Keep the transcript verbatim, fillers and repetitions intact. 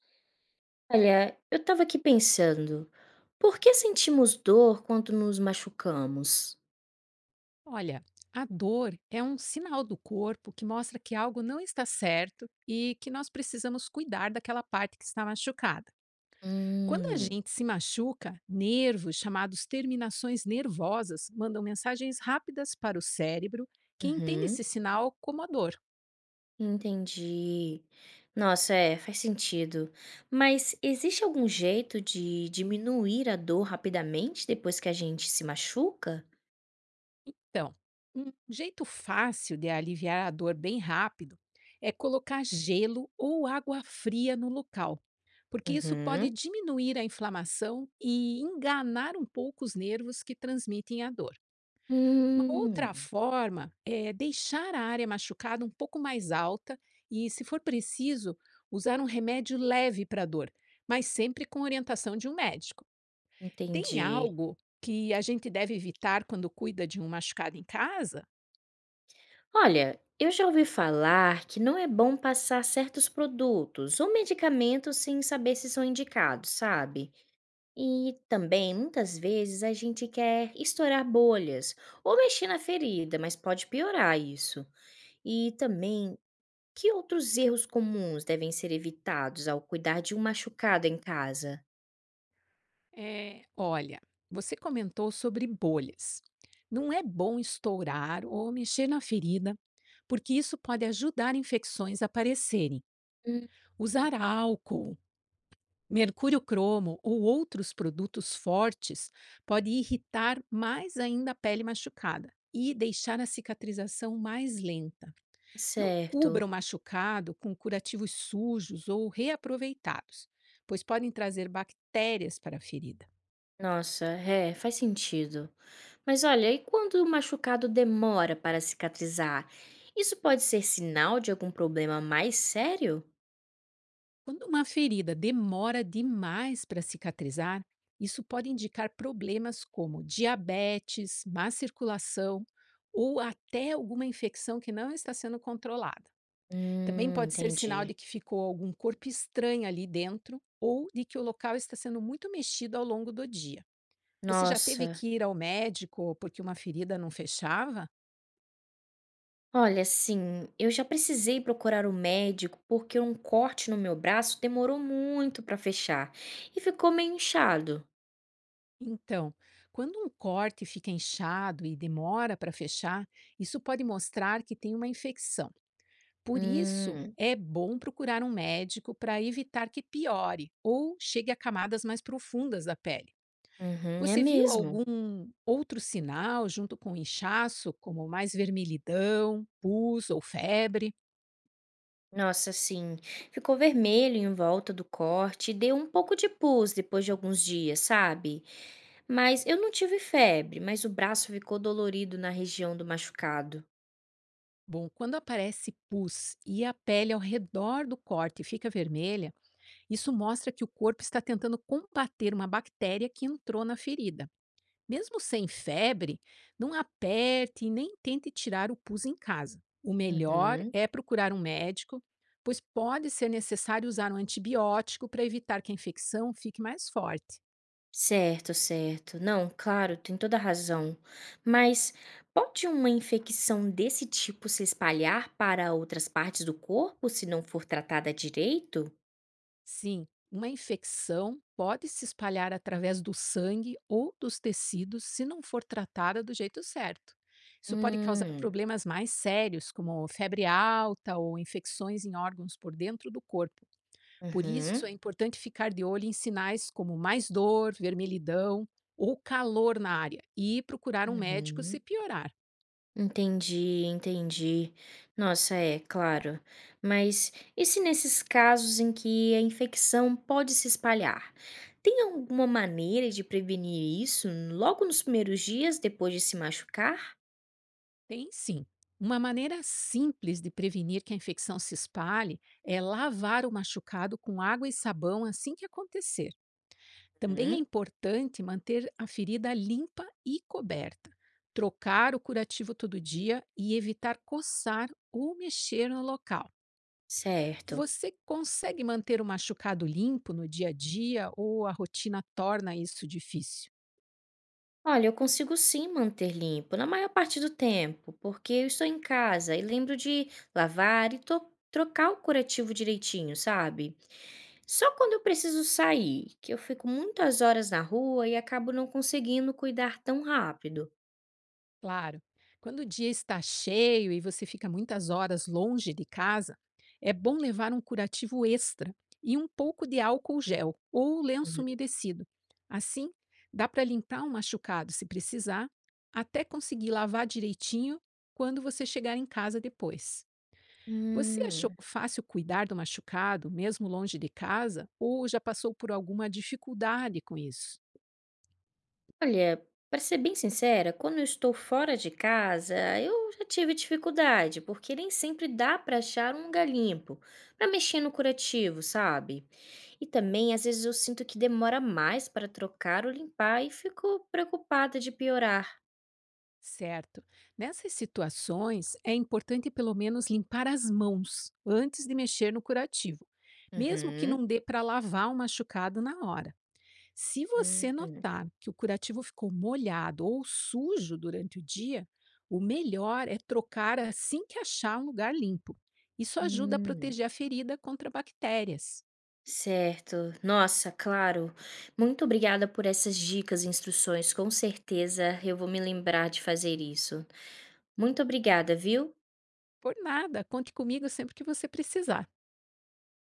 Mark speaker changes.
Speaker 1: Olha, eu estava aqui pensando, por que sentimos dor quando nos machucamos?
Speaker 2: Olha, a dor é um sinal do corpo que mostra que algo não está certo e que nós precisamos cuidar daquela parte que está machucada. Quando a
Speaker 1: Hum.
Speaker 2: gente se machuca, nervos chamados terminações nervosas mandam mensagens rápidas para o cérebro que entende
Speaker 1: Uhum,
Speaker 2: esse sinal como a dor.
Speaker 1: entendi. Nossa, é, faz sentido. Mas existe algum jeito de diminuir a dor rapidamente depois que a gente se machuca?
Speaker 2: Então, um jeito fácil de aliviar a dor bem rápido é colocar gelo ou água fria no local, porque isso pode
Speaker 1: Uhum.
Speaker 2: diminuir a inflamação e enganar um pouco os nervos que transmitem a dor. Uma outra
Speaker 1: Hum,
Speaker 2: forma é deixar a área machucada um pouco mais alta e, se for preciso, usar um remédio leve para a dor, mas sempre com orientação de um médico. Tem
Speaker 1: entendi.
Speaker 2: algo que a gente deve evitar quando cuida de um machucado em casa?
Speaker 1: Olha, eu já ouvi falar que não é bom passar certos produtos ou medicamentos sem saber se são indicados, sabe? E também, muitas vezes, a gente quer estourar bolhas ou mexer na ferida, mas pode piorar isso. E também, que outros erros comuns devem ser evitados ao cuidar de um machucado em casa?
Speaker 2: É, olha, você comentou sobre bolhas. Não é bom estourar ou mexer na ferida, porque isso pode ajudar infecções a aparecerem.
Speaker 1: Hum,
Speaker 2: Usar álcool, mercúrio cromo ou outros produtos fortes pode irritar mais ainda a pele machucada e deixar a cicatrização mais lenta. Não cubra
Speaker 1: certo.
Speaker 2: o machucado com curativos sujos ou reaproveitados, pois podem trazer bactérias para a ferida.
Speaker 1: Nossa, é, faz sentido. Mas olha, e quando o machucado demora para cicatrizar? Isso pode ser sinal de algum problema mais sério?
Speaker 2: Quando uma ferida demora demais para cicatrizar, isso pode indicar problemas como diabetes, má circulação ou até alguma infecção que não está sendo controlada. Também
Speaker 1: Hum,
Speaker 2: pode ser sinal de
Speaker 1: entendi.
Speaker 2: que ficou algum corpo estranho ali dentro ou de que o local está sendo muito mexido ao longo do dia. Você já teve
Speaker 1: Nossa.
Speaker 2: que ir ao médico porque uma ferida não fechava?
Speaker 1: Olha, assim, eu já precisei procurar o médico porque um corte no meu braço demorou muito para fechar e ficou meio inchado.
Speaker 2: Então, quando um corte fica inchado e demora para fechar, isso pode mostrar que tem uma infecção. Por isso,
Speaker 1: Hum,
Speaker 2: é bom procurar um médico para evitar que piore ou chegue a camadas mais profundas da pele.
Speaker 1: uhum, é
Speaker 2: Você viu
Speaker 1: mesmo.
Speaker 2: algum outro sinal junto com o inchaço, como mais vermelhidão, pus ou febre?
Speaker 1: Nossa, assim, ficou vermelho em volta do corte e deu um pouco de pus depois de alguns dias, sabe? Mas eu não tive febre, mas o braço ficou dolorido na região do machucado.
Speaker 2: Bom, quando aparece pus e a pele ao redor do corte fica vermelha, isso mostra que o corpo está tentando combater uma bactéria que entrou na ferida. Mesmo sem febre, não aperte e nem tente tirar o pus em casa. O melhor
Speaker 1: Uhum.
Speaker 2: é procurar um médico, pois pode ser necessário usar um antibiótico para evitar que a infecção fique mais forte.
Speaker 1: Certo, certo. Não, claro, tem toda a razão. Mas pode uma infecção desse tipo se espalhar para outras partes do corpo se não for tratada direito?
Speaker 2: Sim, uma infecção pode se espalhar através do sangue ou dos tecidos se não for tratada do jeito certo. Isso pode causar
Speaker 1: Hum,
Speaker 2: problemas mais sérios, como febre alta ou infecções em órgãos por dentro do corpo. Por isso, é
Speaker 1: uhum,
Speaker 2: importante ficar de olho em sinais como mais dor, vermelhidão ou calor na área e procurar um médico se
Speaker 1: uhum.
Speaker 2: piorar.
Speaker 1: Entendi, entendi. Nossa, é, claro. Mas e se nesses casos em que a infecção pode se espalhar? Tem alguma maneira de prevenir isso logo nos primeiros dias depois de se machucar?
Speaker 2: Tem sim. Uma maneira simples de prevenir que a infecção se espalhe é lavar o machucado com água e sabão assim que acontecer. Também é
Speaker 1: Hum.
Speaker 2: importante manter a ferida limpa e coberta, trocar o curativo todo dia e evitar coçar ou mexer no local.
Speaker 1: Certo.
Speaker 2: Você consegue manter o machucado limpo no dia a dia ou a rotina torna isso difícil?
Speaker 1: Olha, eu consigo sim manter limpo na maior parte do tempo, porque eu estou em casa e lembro de lavar e to- trocar o curativo direitinho, sabe? Só quando eu preciso sair, que eu fico muitas horas na rua e acabo não conseguindo cuidar tão rápido.
Speaker 2: Claro, quando o dia está cheio e você fica muitas horas longe de casa, é bom levar um curativo extra e um pouco de álcool gel ou lenço
Speaker 1: Uhum.
Speaker 2: umedecido. Assim, dá para limpar um machucado se precisar, até conseguir lavar direitinho quando você chegar em casa depois. Você achou
Speaker 1: Hum,
Speaker 2: fácil cuidar do machucado, mesmo longe de casa, ou já passou por alguma dificuldade com isso?
Speaker 1: olha, para ser bem sincera, quando eu estou fora de casa, eu já tive dificuldade, porque nem sempre dá para achar um lugar limpo para mexer no curativo, sabe? E também, às vezes, eu sinto que demora mais para trocar ou limpar e fico preocupada de piorar.
Speaker 2: Certo. Nessas situações, é importante pelo menos limpar as mãos antes de mexer no curativo, mesmo que
Speaker 1: Uhum.
Speaker 2: não dê para lavar o machucado na hora. Se você
Speaker 1: Hum,
Speaker 2: notar que o curativo ficou molhado ou sujo durante o dia, o melhor é trocar assim que achar um lugar limpo. Isso ajuda a
Speaker 1: hum.
Speaker 2: proteger a ferida contra bactérias.
Speaker 1: Certo. Nossa, claro. Muito obrigada por essas dicas e instruções. Com certeza eu vou me lembrar de fazer isso. Muito obrigada, viu?
Speaker 2: Por nada, conte comigo sempre que você precisar.